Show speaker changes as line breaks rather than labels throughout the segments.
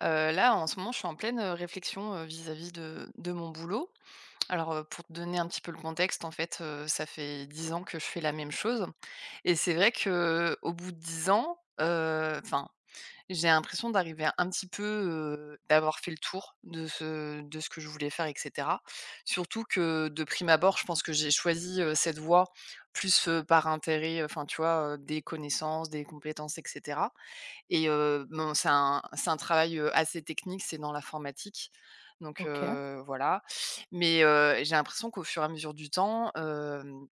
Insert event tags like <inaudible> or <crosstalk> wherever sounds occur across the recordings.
Là, en ce moment, je suis en pleine, réflexion, vis-à-vis de mon boulot. Alors, pour te donner un petit peu le contexte, en fait, ça fait 10 ans que je fais la même chose et c'est vrai que au bout de 10 ans, enfin, j'ai l'impression d'arriver un petit peu, d'avoir fait le tour de ce que je voulais faire et cetera. Surtout que, de prime abord, je pense que j'ai choisi, cette voie plus, par intérêt, enfin, tu vois, des connaissances, des compétences etc. Et bon, c'est un travail, assez technique, c'est dans l'informatique, donc
OK.
voilà. Mais j'ai l'impression qu'au fur et à mesure du temps,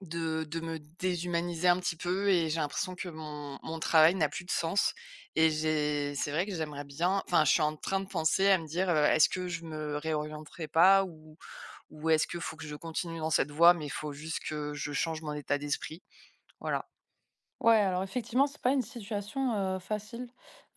de me déshumaniser un petit peu et j'ai l'impression que mon travail n'a plus de sens et j'ai c'est vrai que j'aimerais bien enfin, je suis en train de penser à me dire, «Est-ce que je me réorienterai pas ou ou est-ce que faut que je continue dans cette voie mais il faut juste que je change mon état d'esprit ?» voilà.
Ouais, alors effectivement, c'est pas une situation, facile.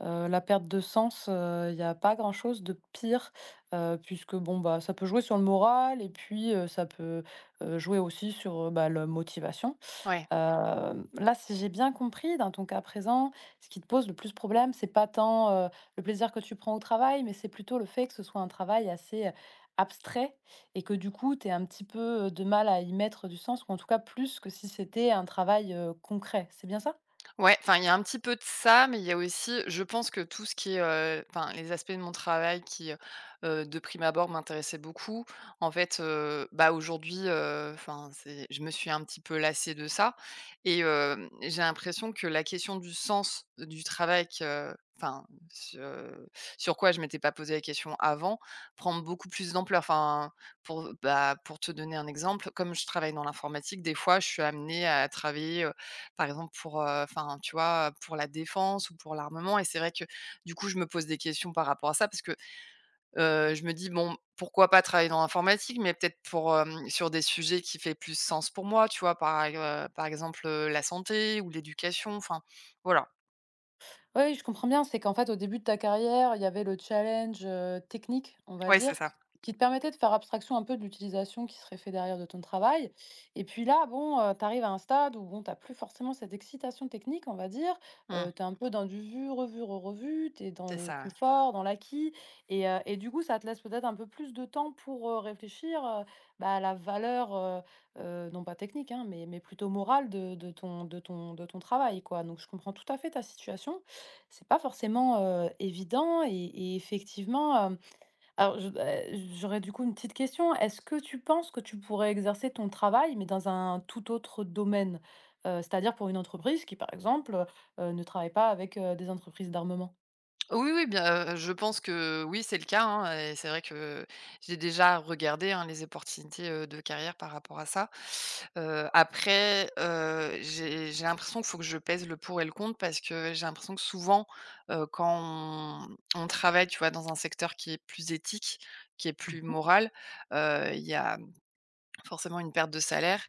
La perte de sens, il y a pas grand-chose de pire, puisque bon, bah, ça peut jouer sur le moral et puis, ça peut, jouer aussi sur, bah, la motivation.
Ouais.
Là, si j'ai bien compris, dans ton cas présent, ce qui te pose le plus problème, c'est pas tant, le plaisir que tu prends au travail, mais c'est plutôt le fait que ce soit un travail assez, abstrait et que du coup, tu aies un petit peu, de mal à y mettre du sens ou en tout cas plus que si c'était un travail, concret. C'est bien ça?
Ouais, enfin, il y a un petit peu de ça, mais il y a aussi je pense que tout ce qui est, enfin, les aspects de mon travail qui, de prime abord m'intéressaient beaucoup, en fait, bah, aujourd'hui, enfin, c'est je me suis un petit peu lassée de ça et j'ai l'impression que la question du sens du travail que enfin, ce sur quoi je m'étais pas posé la question avant, prend beaucoup plus d'ampleur. Enfin, pour, bah, pour te donner un exemple, comme je travaille dans l'informatique, des fois, je suis amenée à travailler, par exemple pour, enfin, tu vois, pour la défense ou pour l'armement et c'est vrai que, du coup, je me pose des questions par rapport à ça parce que, je me dis: «Bon, pourquoi pas travailler dans l'informatique ?» mais peut-être pour, sur des sujets qui fait plus sens pour moi, tu vois? Par exemple, la santé ou l'éducation, enfin, voilà.
Oui, je comprends bien, c'est qu'en fait, au début de ta carrière, il y avait le challenge, technique, on va
Oui, c'est
dire,
ça.
qui te permettait de faire abstraction un peu de l'utilisation qui serait fait derrière de ton travail et puis là, bon, tu arrives à un stade où, bon, tu as plus forcément cette excitation technique, on va dire,
Mmh,
tu es un peu dans du vu, revu, revu, tu es dans
c'est
le
ça, ouais.
confort, dans l'acquis et du coup, ça te laisse peut-être un peu plus de temps pour, réfléchir, bah, à la valeur, non pas technique, hein, mais plutôt morale de ton travail, quoi. Donc je comprends tout à fait ta situation. C'est pas forcément, évident et effectivement, alors je, j'aurais du coup une petite question. Est-ce que tu penses que tu pourrais exercer ton travail, mais dans un tout autre domaine? C'est-à-dire pour une entreprise qui, par exemple, ne travaille pas avec, des entreprises d'armement?
Oui, oui, bien, je pense que oui, c'est le cas, hein et c'est vrai que j'ai déjà regardé, hein, les opportunités, de carrière par rapport à ça. Après, j'ai l'impression qu'il faut que je pèse le pour et le contre parce que j'ai l'impression que souvent, quand on travaille, tu vois, dans un secteur qui est plus éthique, qui est plus
Mmh.
moral, il y a Forcément une perte de salaire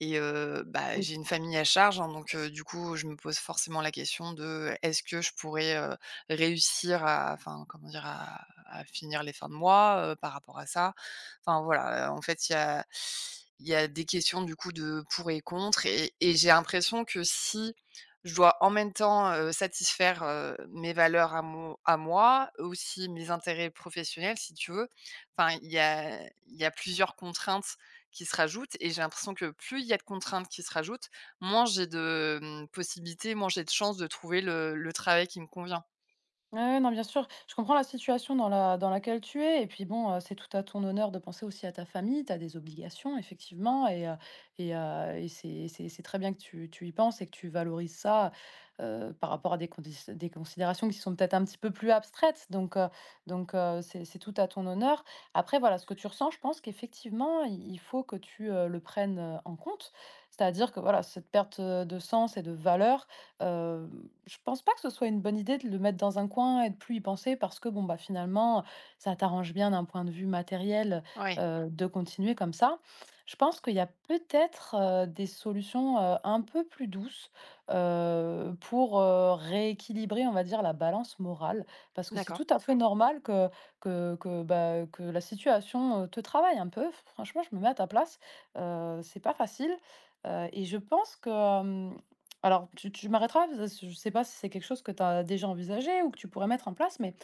et bah, j'ai une famille à charge, hein, donc du coup, je me pose forcément la question de: «Est-ce que je pourrais, réussir à enfin, comment dire? À finir les fins de mois, par rapport à ça ?» enfin voilà, en fait, il y a des questions du coup de pour et contre et j'ai l'impression que si je dois en même temps, satisfaire, mes valeurs à mo à moi, aussi mes intérêts professionnels si tu veux, enfin il y a il y a plusieurs contraintes qui se rajoutent et j'ai l'impression que plus il y a de contraintes qui se rajoutent, moins j'ai de, possibilités, moins j'ai de chances de trouver le travail qui me convient.
Ouais, ouais, non, bien sûr. Je comprends la situation dans laquelle tu es et puis bon, c'est tout à ton honneur de penser aussi à ta famille. Tu as des obligations effectivement et c'est très bien que tu y penses et que tu valorises ça, par rapport à des considérations qui sont peut-être un petit peu plus abstraites. C'est tout à ton honneur. Après voilà, ce que tu ressens, je pense qu'effectivement, i il faut que tu, le prennes, en compte. C'est-à-dire que voilà, cette perte, de sens et de valeur, Heu, je pense pas que ce soit une bonne idée de le mettre dans un coin et de plus y penser parce que bon, bah, finalement, ça t'arrange bien d'un point de vue matériel,
Oui,
de continuer comme ça. Je pense qu'il y a peut-être, des solutions, un peu plus douces, pour, rééquilibrer, on va dire, la balance morale. Parce que c'est
d'accord.
tout à fait normal que, bah, que la situation, te travaille un peu. Franchement, je me mets à ta place, c'est pas facile, et je pense que, alors, tu m'arrêteras, parce que je ne sais pas si c'est quelque chose que tu as déjà envisagé ou que tu pourrais mettre en place, mais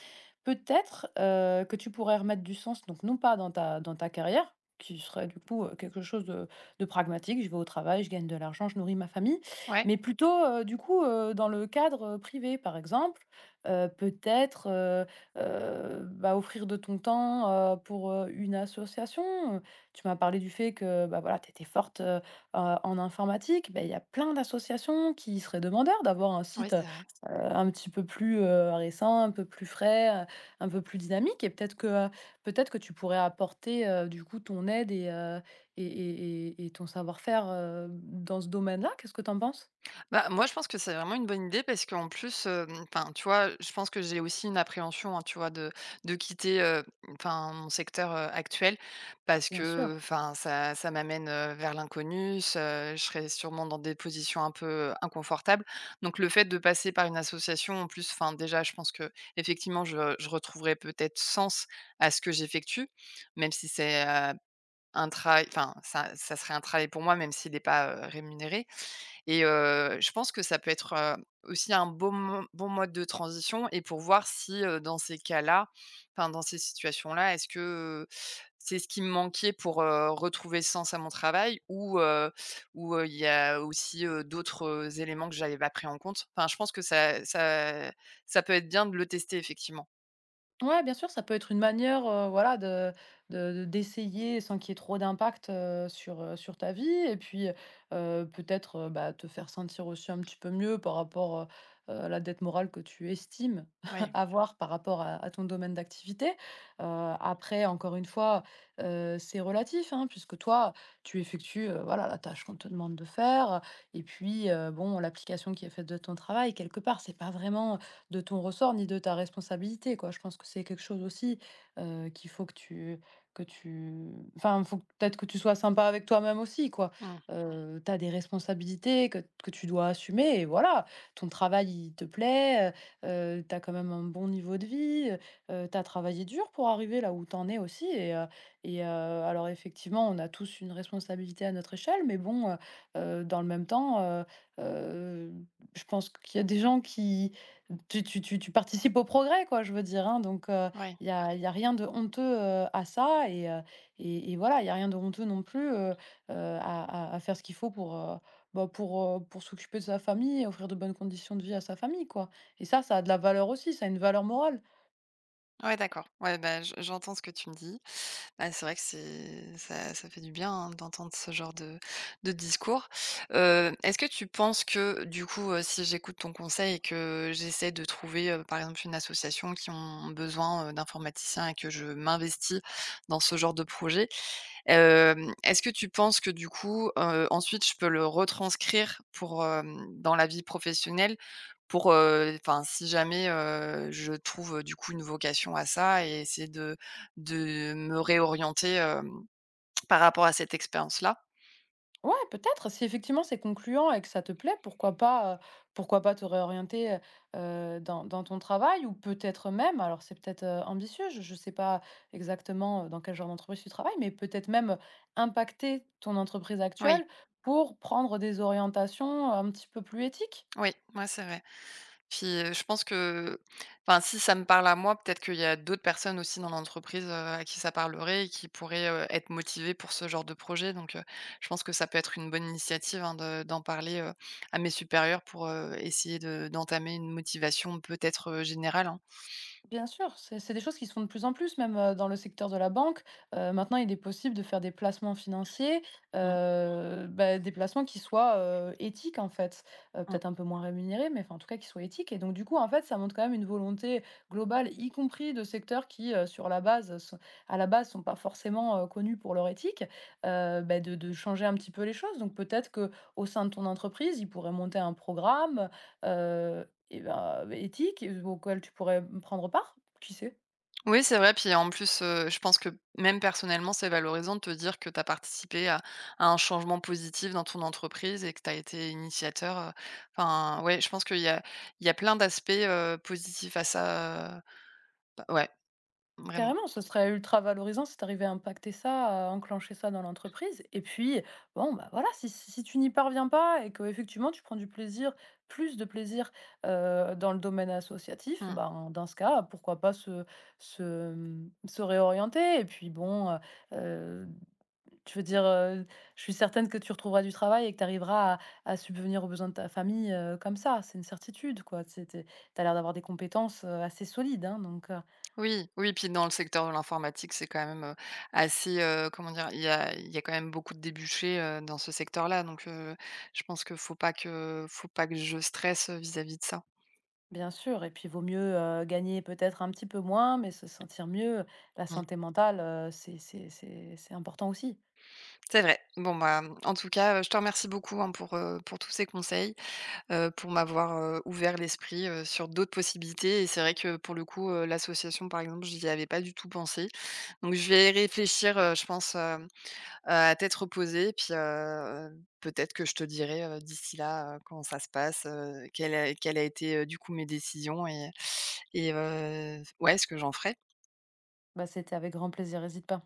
peut-être, que tu pourrais remettre du sens, donc non pas dans ta carrière, qui serait du coup, quelque chose de pragmatique: «Je vais au travail, je gagne de l'argent, je nourris ma famille»,
Ouais.
mais plutôt, du coup, dans le cadre, privé. Par exemple, heu, peut-être, heu bah, offrir de ton temps, pour, une association. Tu m'as parlé du fait que, bah, voilà, tu étais forte, en informatique, beh, il y a plein d'associations qui seraient demandeurs d'avoir un
Ouais,
site,
c'est vrai.
un petit peu plus, récent, un peu plus frais, un peu plus dynamique et peut-être que, tu pourrais apporter, du coup ton aide et ton savoir-faire, dans ce domaine-là. Qu'est-ce que tu en penses?
Bah, moi, je pense que c'est vraiment une bonne idée parce qu'en plus, enfin, tu vois, je pense que j'ai aussi une appréhension, hein, tu vois, de quitter, enfin, mon secteur, actuel parce
Bien sûr.
que, enfin, ça m'amène, vers l'inconnu, ce je serai sûrement dans des positions un peu inconfortables. Donc le fait de passer par une association, en plus, enfin, déjà, je pense qu'effectivement, je retrouverai peut-être sens à ce que j'effectue, même si c'est, un travail enfin, ça serait un travail pour moi, même s'il n'est pas, rémunéré. Et je pense que ça peut être, aussi un bon mo bon mode de transition et pour voir si, dans ces cas-là, enfin dans ces situations-là, c'est ce qui me manquait pour, retrouver sens à mon travail ou il y a aussi, d'autres, éléments que j'avais pas pris en compte? Enfin, je pense que ça ça peut être bien de le tester effectivement.
Ouais, bien sûr, ça peut être une manière, voilà, de d'essayer sans qu'il y ait trop d'impact, sur, sur ta vie et puis, peut-être, bah, te faire sentir aussi un petit peu mieux par rapport, à la dette morale que tu estimes
Oui.
<laughs> avoir par rapport à ton domaine d'activité. Heu, Après, encore une fois, c'est relatif, hein, puisque toi, tu effectues, voilà, la tâche qu'on te demande de faire et puis, bon, l'application qui est faite de ton travail, quelque part, c'est pas vraiment, de ton ressort ni de ta responsabilité, quoi. Je pense que c'est quelque chose aussi, qu'il faut que tu enfin, peut-être que tu sois sympa avec toi-même aussi, quoi.
Mmh.
Tu des responsabilités que tu dois assumer et voilà. Ton travail, il te plaît, heu quand même un bon niveau de vie, travaillé dur pour arriver là où t'en es aussi alors effectivement, on a tous une responsabilité à notre échelle, mais bon, dans le même temps, heu, je pense qu'il y a des gens qui tu participes au progrès quoi, je veux dire, hein, donc
Ouais.
il y a rien de honteux, à ça et et voilà, il y a rien de honteux non plus, à à faire ce qu'il faut pour, bah, pour s'occuper de sa famille et offrir de bonnes conditions de vie à sa famille, quoi. Et ça a de la valeur aussi, ça a une valeur morale.
Ouais, d'accord. Ouais, bah, je j'entends ce que tu me dis. Ah, c'est vrai que c'est ça fait du bien, hein, d'entendre ce genre de discours. Est-ce que tu penses que, du coup, si j'écoute ton conseil et que j'essaie de trouver, par exemple, une association qui ont besoin, d'informaticiens et que je m'investis dans ce genre de projet, est-ce que tu penses que, du coup, ensuite je peux le retranscrire pour, dans la vie professionnelle? Pour, enfin, si jamais, je trouve, du coup, une vocation à ça et essayer de me réorienter, par rapport à cette expérience-là.
Ouais, peut-être. Si effectivement c'est concluant et que ça te plaît, pourquoi pas te réorienter, dans dans ton travail ou peut-être même, alors c'est peut-être, ambitieux, je ne sais pas exactement, dans quel genre d'entreprise tu travailles, mais peut-être même, impacter ton entreprise
Oui,
actuelle pour prendre des orientations un petit peu plus éthiques?
oui, ouais, c'est vrai. Puis, je pense que enfin, si ça me parle à moi, peut-être qu'il y a d'autres personnes aussi dans l'entreprise, à qui ça parlerait et qui pourraient, être motivées pour ce genre de projet donc, je pense que ça peut être une bonne initiative, hein, de d'en parler, à mes supérieurs pour, essayer de d'entamer une motivation peut-être, générale, hein.
Bien sûr, c'est des choses qui se font de plus en plus, même dans le secteur de la banque. Maintenant, il est possible de faire des placements financiers, bah, des placements qui soient éthiques, en fait.
Mmh.
Peut-être un peu moins rémunérés, mais enfin, en tout cas, qui soient éthiques. Et donc, du coup, en fait, ça montre quand même une volonté globale, y compris de secteurs qui, sur la base, à la base, sont pas forcément connus pour leur éthique, bah, de changer un petit peu les choses. Donc, peut-être que au sein de ton entreprise, il pourrait monter un programme Heu ben bah, éthique, auquel tu pourrais, mmh, prendre part, qui sait?
Oui, c'est vrai, puis en plus, je pense que même personnellement, c'est valorisant de te dire que tu as participé à un changement positif dans ton entreprise et que tu as été initiateur, enfin, ouais, je pense qu'il y a il y a plein d'aspects, positifs à ça, bah, ouais, vraiment.
Carrément, ce serait ultra valorisant si tu arrivais à impacter ça, à enclencher ça dans l'entreprise et puis, bon, bah, voilà, si tu n'y parviens pas et qu'effectivement tu prends du plaisir, plus de plaisir, dans le domaine associatif,
Mmh.
ben, dans ce cas, pourquoi pas se réorienter et puis bon, tu veux dire, je suis certaine que tu retrouveras du travail et que tu arriveras à subvenir aux besoins de ta famille, comme ça. C'est une certitude, quoi. C'est tu as l'air d'avoir des compétences, assez solides, hein, donc,
Oui, oui, puis dans le secteur de l'informatique, c'est quand même, assez, comment dire? Il y a quand même beaucoup de débouchés, dans ce secteur-là, donc je pense que faut pas que je stresse, vis-à-vis de ça.
bien sûr et puis vaut mieux, gagner peut-être un petit peu moins, mais se sentir mieux. La
Mmh.
santé mentale, c'est important aussi.
C'est vrai. Bon, bah, mmh, en tout cas, je te remercie beaucoup, hein, pour tous ces conseils, pour m'avoir, ouvert l'esprit, sur d'autres possibilités et c'est vrai que pour le coup, l'association, par exemple, je n'y avais pas du tout pensé. Donc je vais y réfléchir, je pense, à tête reposée puis, peut-être que je te dirai, d'ici là, comment ça se passe, quelle a été, du coup, mes décisions et ouais, ce que j'en ferai.
Bah, c'était avec grand plaisir, hésite pas.